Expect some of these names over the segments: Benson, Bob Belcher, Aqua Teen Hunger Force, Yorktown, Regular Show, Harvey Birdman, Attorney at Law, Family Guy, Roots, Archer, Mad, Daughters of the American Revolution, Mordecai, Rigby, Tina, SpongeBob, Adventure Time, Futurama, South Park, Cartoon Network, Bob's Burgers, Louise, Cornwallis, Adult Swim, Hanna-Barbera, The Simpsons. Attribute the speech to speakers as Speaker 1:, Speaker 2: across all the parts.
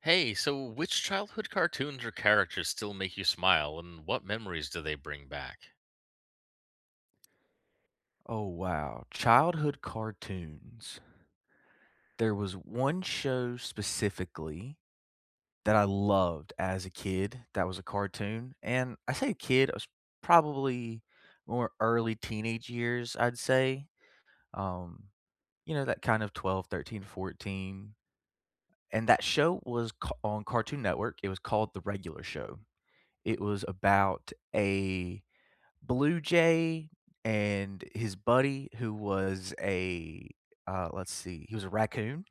Speaker 1: Hey, so which childhood cartoons or characters still make you smile, and what memories do they bring back?
Speaker 2: Oh, wow. Childhood cartoons. There was one show specifically that I loved as a kid that was a cartoon. And I say kid, I was probably more early teenage years, I'd say. Um, that kind of 12, 13, 14, and that show was on Cartoon Network. It was called The Regular Show. It was about a Blue Jay and his buddy who was a, let's see, he was a raccoon,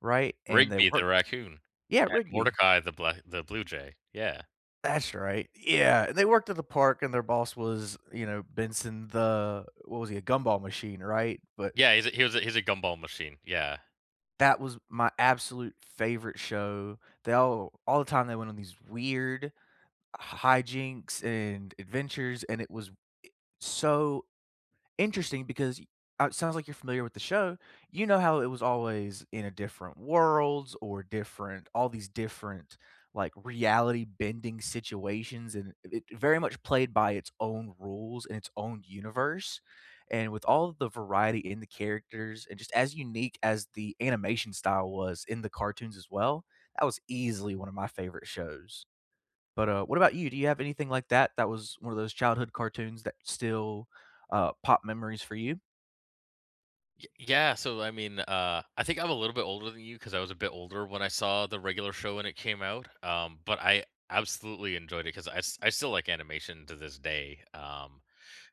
Speaker 2: right? And they
Speaker 1: Rigby the
Speaker 2: worked.
Speaker 1: raccoon
Speaker 2: Yeah,
Speaker 1: and
Speaker 2: Rigby.
Speaker 1: Mordecai the blue jay. Yeah,
Speaker 2: That's right. Yeah, and they worked at the park and their boss was, you know, Benson the, what was he, a gumball machine, right? But
Speaker 1: yeah, he's a, he was a, he's a gumball machine. Yeah.
Speaker 2: that was my absolute favorite show. They all the time they went on these weird hijinks and adventures, and it was so interesting because it sounds like you're familiar with the show. You know how it was always in a different worlds or different all these different, like, reality bending situations, and it very much played by its own rules and its own universe, and with all of the variety in the characters and just as unique as the animation style was in the cartoons as well, that was easily one of my favorite shows. But, what about you? Do you have anything like that, that was one of those childhood cartoons that still, pop memories for you?
Speaker 1: Yeah. So I think I'm a little bit older than you because I was a bit older when I saw the regular show when it came out. But I absolutely enjoyed it because I still like animation to this day.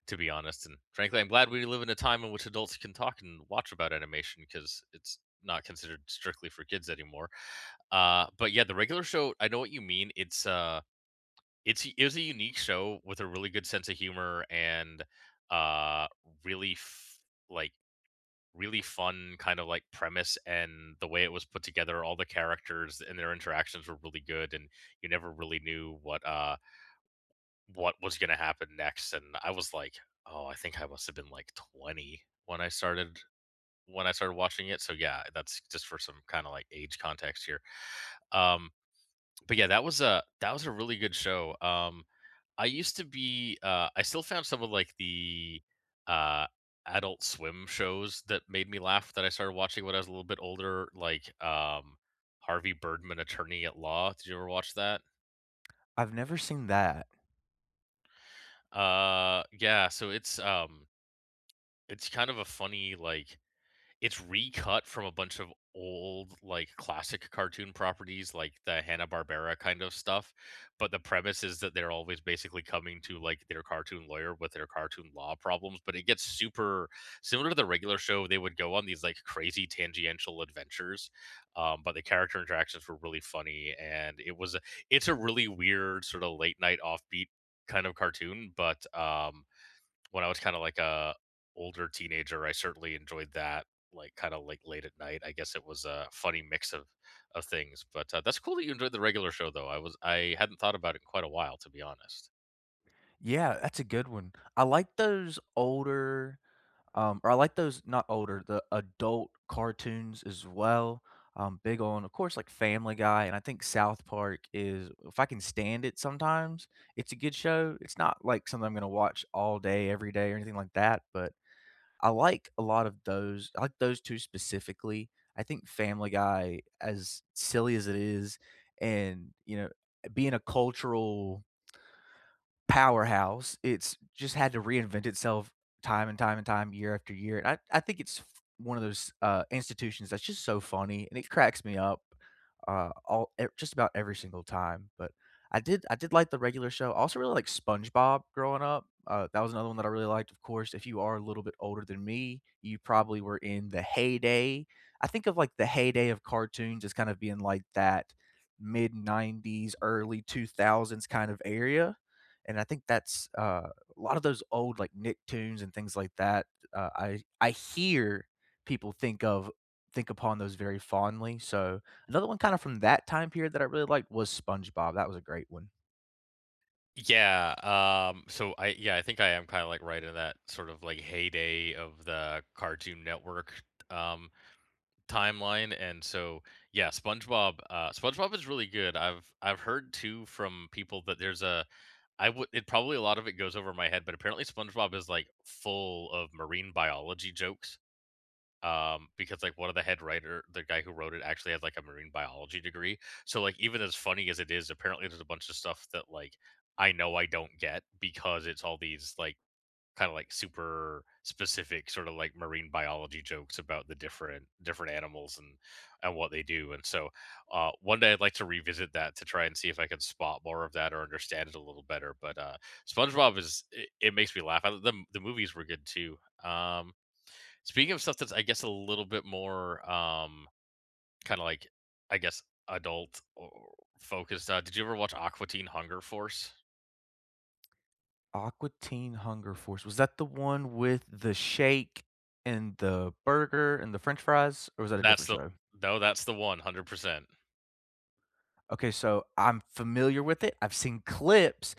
Speaker 1: To be honest. And frankly, I'm glad we live in a time in which adults can talk and watch about animation because it's not considered strictly for kids anymore. But yeah, the regular show, I know what you mean. It's it was a unique show with a really good sense of humor and uh, really f- like really fun kind of like premise, and the way it was put together, all the characters and their interactions were really good, and you never really knew what was gonna happen next, and I was like, "Oh, I think I must have been, like, 20 when I started watching it," so, yeah, that's just for some kinda, like, age context here, um, but yeah, that was a really good show. I used to be, I still found some of, like, the, uh, Adult Swim shows that made me laugh, that I started watching when I was a little bit older, like, Harvey Birdman, Attorney at Law, did you ever watch that?
Speaker 2: I've never seen that.
Speaker 1: Yeah, so it's kind of a funny, like, it's recut from a bunch of old, like, classic cartoon properties, like the Hanna-Barbera kind of stuff, but the premise is that they're always basically coming to, like, their cartoon lawyer with their cartoon law problems, but it gets super similar to the regular show, they would go on these, like, crazy tangential adventures. But the character interactions were really funny, and it's a really weird sort of late night offbeat kind of cartoon, but, when I was kinda like a older teenager, I certainly enjoyed that, like, kinda like late at night. I guess it was a funny mix of things, but, that's cool that you enjoyed the regular show though. I hadn't thought about it in quite a while, to be honest.
Speaker 2: Yeah, that's a good one. I like those older, or I like those not older, the adult cartoons as well. I big on, of course, like Family Guy, and I think South Park is if I can stand it sometimes, it's a good show. It's not like something I'm gonna watch all day, every day, or anything like that, but I like a lot of those I like those 2 specifically. I think Family Guy, as silly as it is, and, you know, being a cultural powerhouse, it's just had to reinvent itself time and time and time, year after year, and I think it's f one of those, institutions that's just so funny, and it cracks me up all e just about every single time, but I did like the regular show. I also really like SpongeBob growing up. That was another one that I really liked. Of course, if you are a little bit older than me, you probably were in the heyday. I think of like the heyday of cartoons as kind of being like that mid 90s, early 2000s kind of area. And I think that's a lot of those old like Nicktoons and things like that. I hear people think of think upon those very fondly. So another one kind of from that time period that I really liked was SpongeBob. That was a great one.
Speaker 1: Yeah, so I yeah, I think I am kinda like right in that sort of like heyday of the Cartoon Network, um timeline, and so yeah, spongebob is really good. I've heard too from people that there's a, I would it probably a lot of it goes over my head, but apparently spongebob is like full of marine biology jokes, because like one of the head writer, the guy who wrote it, actually has like a marine biology degree. So like even as funny as it is, apparently there's a bunch of stuff that, like, I know I don't get because it's all these, like, kind of like super specific sort of like marine biology jokes about the different animals and what they do. And so one day I'd like to revisit that to try and see if I can spot more of that or understand it a little better. But spongebob it makes me laugh. The movies were good too. Speaking of stuff that's, I guess, a little bit more, kind of like, i guess adult or focused, did you ever watch aqua teen hunger force?
Speaker 2: Aqua Teen Hunger Force. Was that the one with the shake and the burger and the french fries, or was that a
Speaker 1: that's
Speaker 2: different
Speaker 1: the
Speaker 2: show?
Speaker 1: no that's the one, 100%.
Speaker 2: Okay, so I'm familiar with it. I've seen clips,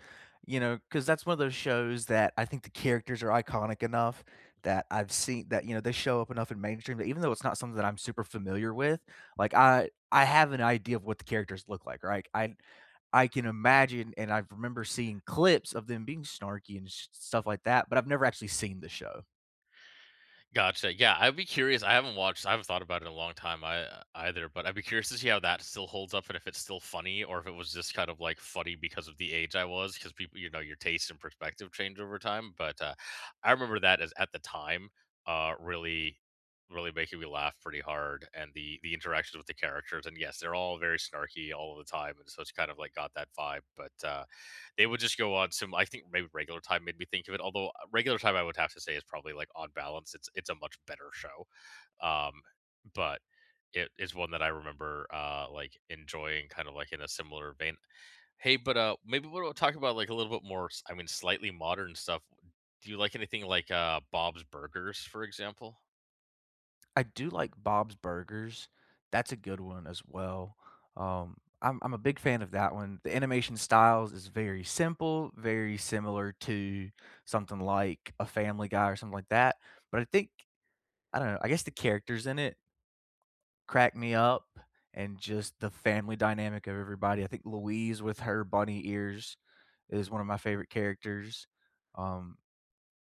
Speaker 2: you know, because that's one of those shows that I think the characters are iconic enough that I've seen that, you know, they show up enough in mainstream that even though it's not something that I'm super familiar with, like I have an idea of what the characters look like, right? I can imagine and I remember seeing clips of them being snarky and s stuff like that, but I've never actually seen the show.
Speaker 1: Gotcha. Yeah, I'd be curious. I haven't watched. I haven't thought about it in a long time. I Either, but I'd be curious to see how that still holds up, and if it's still funny, or if it was just kind of like funny because of the age I was, because people, you know, your taste and perspective change over time. But I remember that as at the time, really, really making me laugh pretty hard, and the interactions with the characters. And yes, they're all very snarky all of the time, and so it's kind of like got that vibe. But they would just go on some. I think Maybe regular time made me think of it, although regular time I would have to say is probably, like, on balance, it's a much better show. Um, but it is one that I remember like enjoying kind of like in a similar vein. Hey, but maybe we'll talk about like a little bit more slightly modern stuff. Do you like anything like Bob's Burgers, for example?
Speaker 2: I do like Bob's Burgers. That's a good one as well. Um, I'm a big fan of that one. The animation styles is very simple, very similar to something like a Family Guy or something like that. But I think I don't know, I guess the characters in it cracked me up and just the family dynamic of everybody. I think Louise with her bunny ears is one of my favorite characters. Um,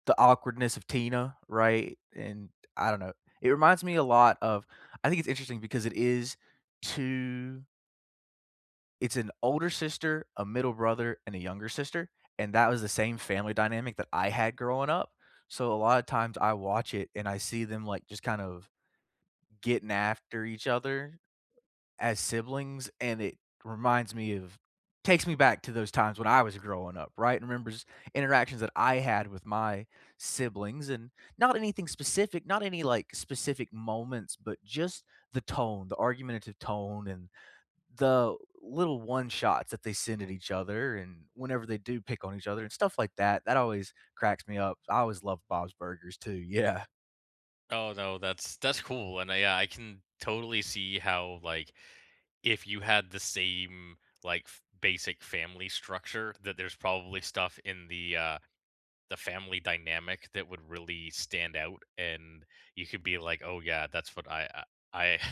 Speaker 2: the awkwardness of Tina, right? And I don't know. It reminds me a lot of I think it's interesting because it is two it's an older sister, a middle brother, and a younger sister, and that was the same family dynamic that I had growing up. So a lot of times I watch it and I see them like just kind of getting after each other as siblings, and it reminds me of takes me back to those times when I was growing up, right? And remembers interactions that I had with my siblings and not anything specific, not any like specific moments, but just the tone, the argumentative tone and the little one shots that they send at each other and whenever they do pick on each other and stuff like that. That always cracks me up. I always loved Bob's Burgers too. Yeah.
Speaker 1: Oh, no, that's cool, and, I, yeah, I can totally see how, like, if you had the same, like, f basic family structure, that there's probably stuff in the family dynamic that would really stand out, and you could be like, oh yeah, that's what I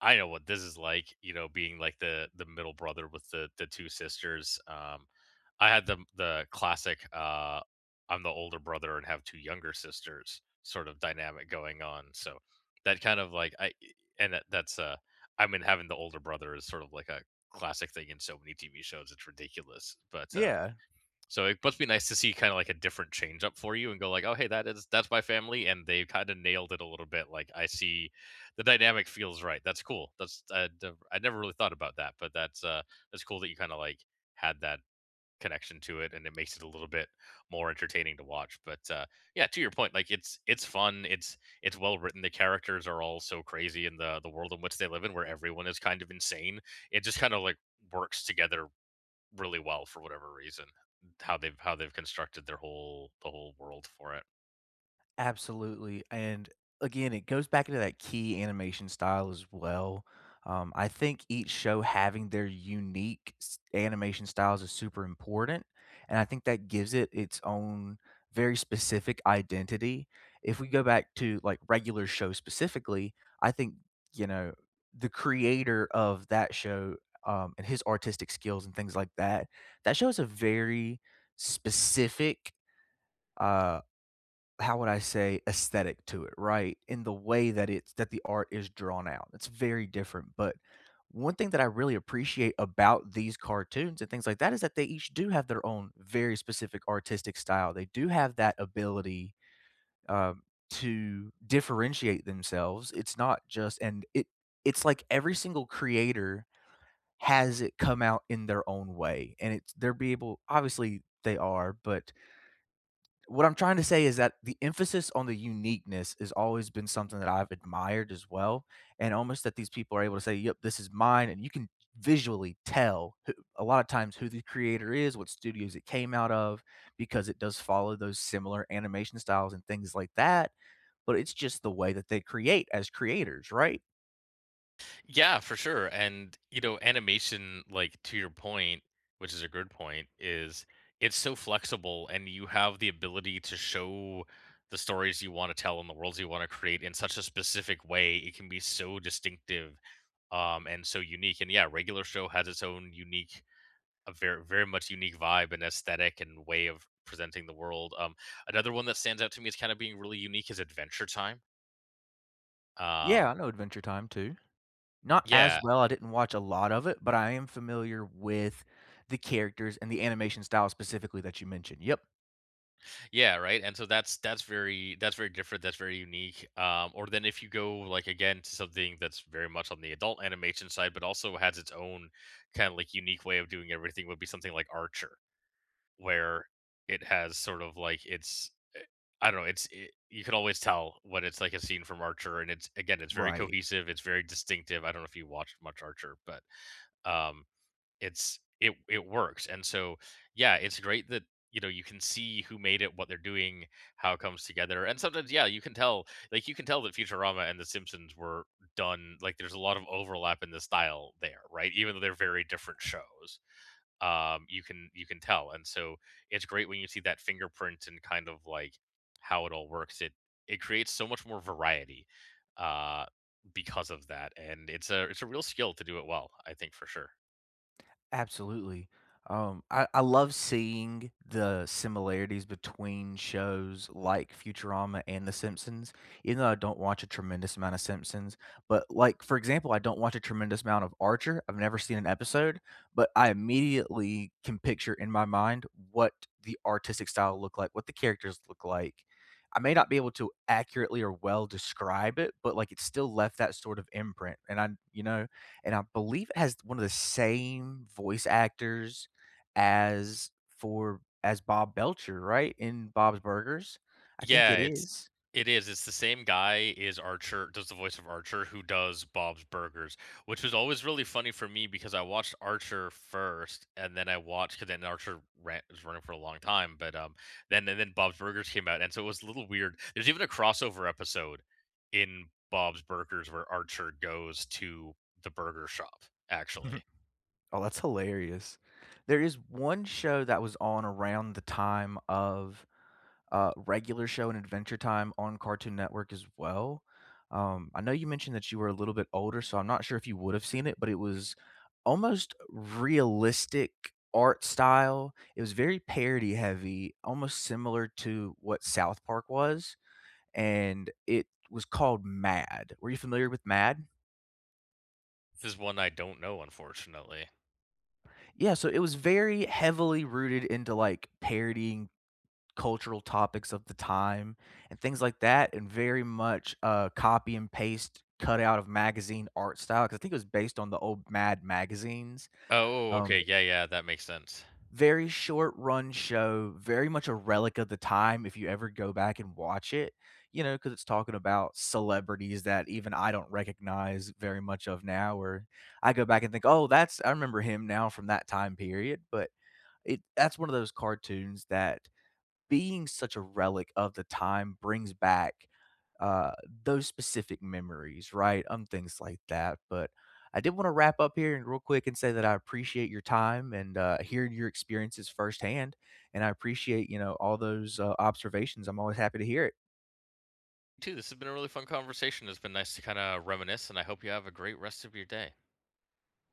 Speaker 1: I know what this is like, you know, being like the middle brother with the two sisters. I had the classic I'm the older brother and have two younger sisters sort of dynamic going on. So that kind of like, and that's I mean, having the older brother is sort of like a classic thing in so many tv shows, it's ridiculous. But
Speaker 2: Yeah.
Speaker 1: so it must be nice to see kind of like a different change up for you and go like, "Oh, hey, that's my family," and they kind of nailed it a little bit. Like, I see the dynamic feels right. That's cool. I never really thought about that, but that's cool that you kind of like had that connection to it, and it makes it a little bit more entertaining to watch. But yeah, to your point, like, it's fun. It's well written. The characters are all so crazy in the world in which they live in, where everyone is kind of insane. It just kind of like works together really well for whatever reason, how they've constructed the whole world for it.
Speaker 2: Absolutely, and again, it goes back into that key animation style as well. I think each show having their unique s animation styles is super important, and I think that gives it its own very specific identity. If we go back to, like, regular shows specifically, I think, you know, the creator of that show, and his artistic skills and things like that, that show is a very specific, uh how would I say, aesthetic to it, right? In the way that it's that the art is drawn out. It's very different, but one thing that I really appreciate about these cartoons and things like that is that they each do have their own very specific artistic style. They do have that ability, um, to differentiate themselves. It's not just and it it's like every single creator has it come out in their own way, and it's they're be able obviously they are, but what I'm trying to say is that the emphasis on the uniqueness has always been something that I've admired as well, and almost that these people are able to say, "Yep, this is mine," and you can visually tell who, a lot of times who the creator is, what studios it came out of, because it does follow those similar animation styles and things like that. But it's just the way that they create as creators, right?
Speaker 1: Yeah, for sure. And you know, animation, like, to your point, which is a good point, is it's so flexible, and you have the ability to show the stories you want to tell and the worlds you want to create in such a specific way. It can be so distinctive, and so unique. And yeah, regular show has its own unique, a very very much unique vibe and aesthetic and way of presenting the world. Another one that stands out to me as kind of being really unique is Adventure Time.
Speaker 2: Yeah,
Speaker 1: Um,
Speaker 2: I know Adventure Time too. Not
Speaker 1: yeah,
Speaker 2: as well. I didn't watch a lot of it, but I am familiar with the characters and the animation style specifically that you mentioned. Yep.
Speaker 1: yeah, right. And so that's very, that's very different. That's very unique. Or then if you go like again to something that's very much on the adult animation side, but also has its own kind of like unique way of doing everything, would be something like Archer. Where it has sort of like I don't know, you can always tell when it's like a scene from Archer, and it's, again, it's very
Speaker 2: Right.
Speaker 1: cohesive, it's very distinctive. I don't know if you watched much Archer, but um it it works. And so yeah, it's great that, you know, you can see who made it, what they're doing, how it comes together. And sometimes yeah, you can tell, you can tell that Futurama and the Simpsons were done, like, there's a lot of overlap in the style there, right? Even though they're very different shows. You can, you can tell. And so it's great when you see that fingerprint and kind of like how it all works. It creates so much more variety, uh, because of that. And it's a, it's a real skill to do it well, I think, for sure.
Speaker 2: Absolutely. I love seeing the similarities between shows like Futurama and The Simpsons, even though I don't watch a tremendous amount of Simpsons. But, like, for example, I don't watch a tremendous amount of Archer. I've never seen an episode, but I immediately can picture in my mind what the artistic style look like, what the characters look like. I may not be able to accurately or well describe it, but like it still left that sort of imprint. And I, you know, and I believe it has one of the same voice actors as for as Bob Belcher, right, in Bob's Burgers? I think
Speaker 1: Yeah,
Speaker 2: it is.
Speaker 1: it is. It's the same guy is Archer, does the voice of Archer, who does Bob's Burgers, which was always really funny for me, because I watched Archer first, and then I watched, because then Archer ran, was running for a long time, but then Bob's Burgers came out, and so it was a little weird. There's even a crossover episode in Bob's Burgers where Archer goes to the burger shop, actually.
Speaker 2: Oh, that's hilarious. There is one show that was on around the time of regular show and Adventure Time on Cartoon Network as well. I know you mentioned that you were a little bit older, so I'm not sure if you would have seen it, but it was almost realistic art style. It was very parody heavy, almost similar to what South Park was, and it was called Mad. Were you familiar with Mad?
Speaker 1: This is one I don't know, unfortunately.
Speaker 2: Yeah, so it was very heavily rooted into like parodying cultural topics of the time and things like that, and very much, copy and paste cut out of magazine art style. Because I think it was based on the old Mad magazines.
Speaker 1: Oh, okay.
Speaker 2: Um,
Speaker 1: Yeah, yeah, that makes sense.
Speaker 2: very short run show, very much a relic of the time if you ever go back and watch it, you know, because it's talking about celebrities that even I don't recognize very much of now, or I go back and think, "Oh, that's I remember him now from that time period," but it that's one of those cartoons that being such a relic of the time brings back, uh, those specific memories, right? Things like that, but I did wanna wrap up here and real quick and say that I appreciate your time and, hearing your experiences firsthand, and I appreciate, you know, all those, observations. I'm always happy to hear it.
Speaker 1: Too. This has been a really fun conversation. It's been nice to kind of reminisce, and I hope you have a great rest of your day.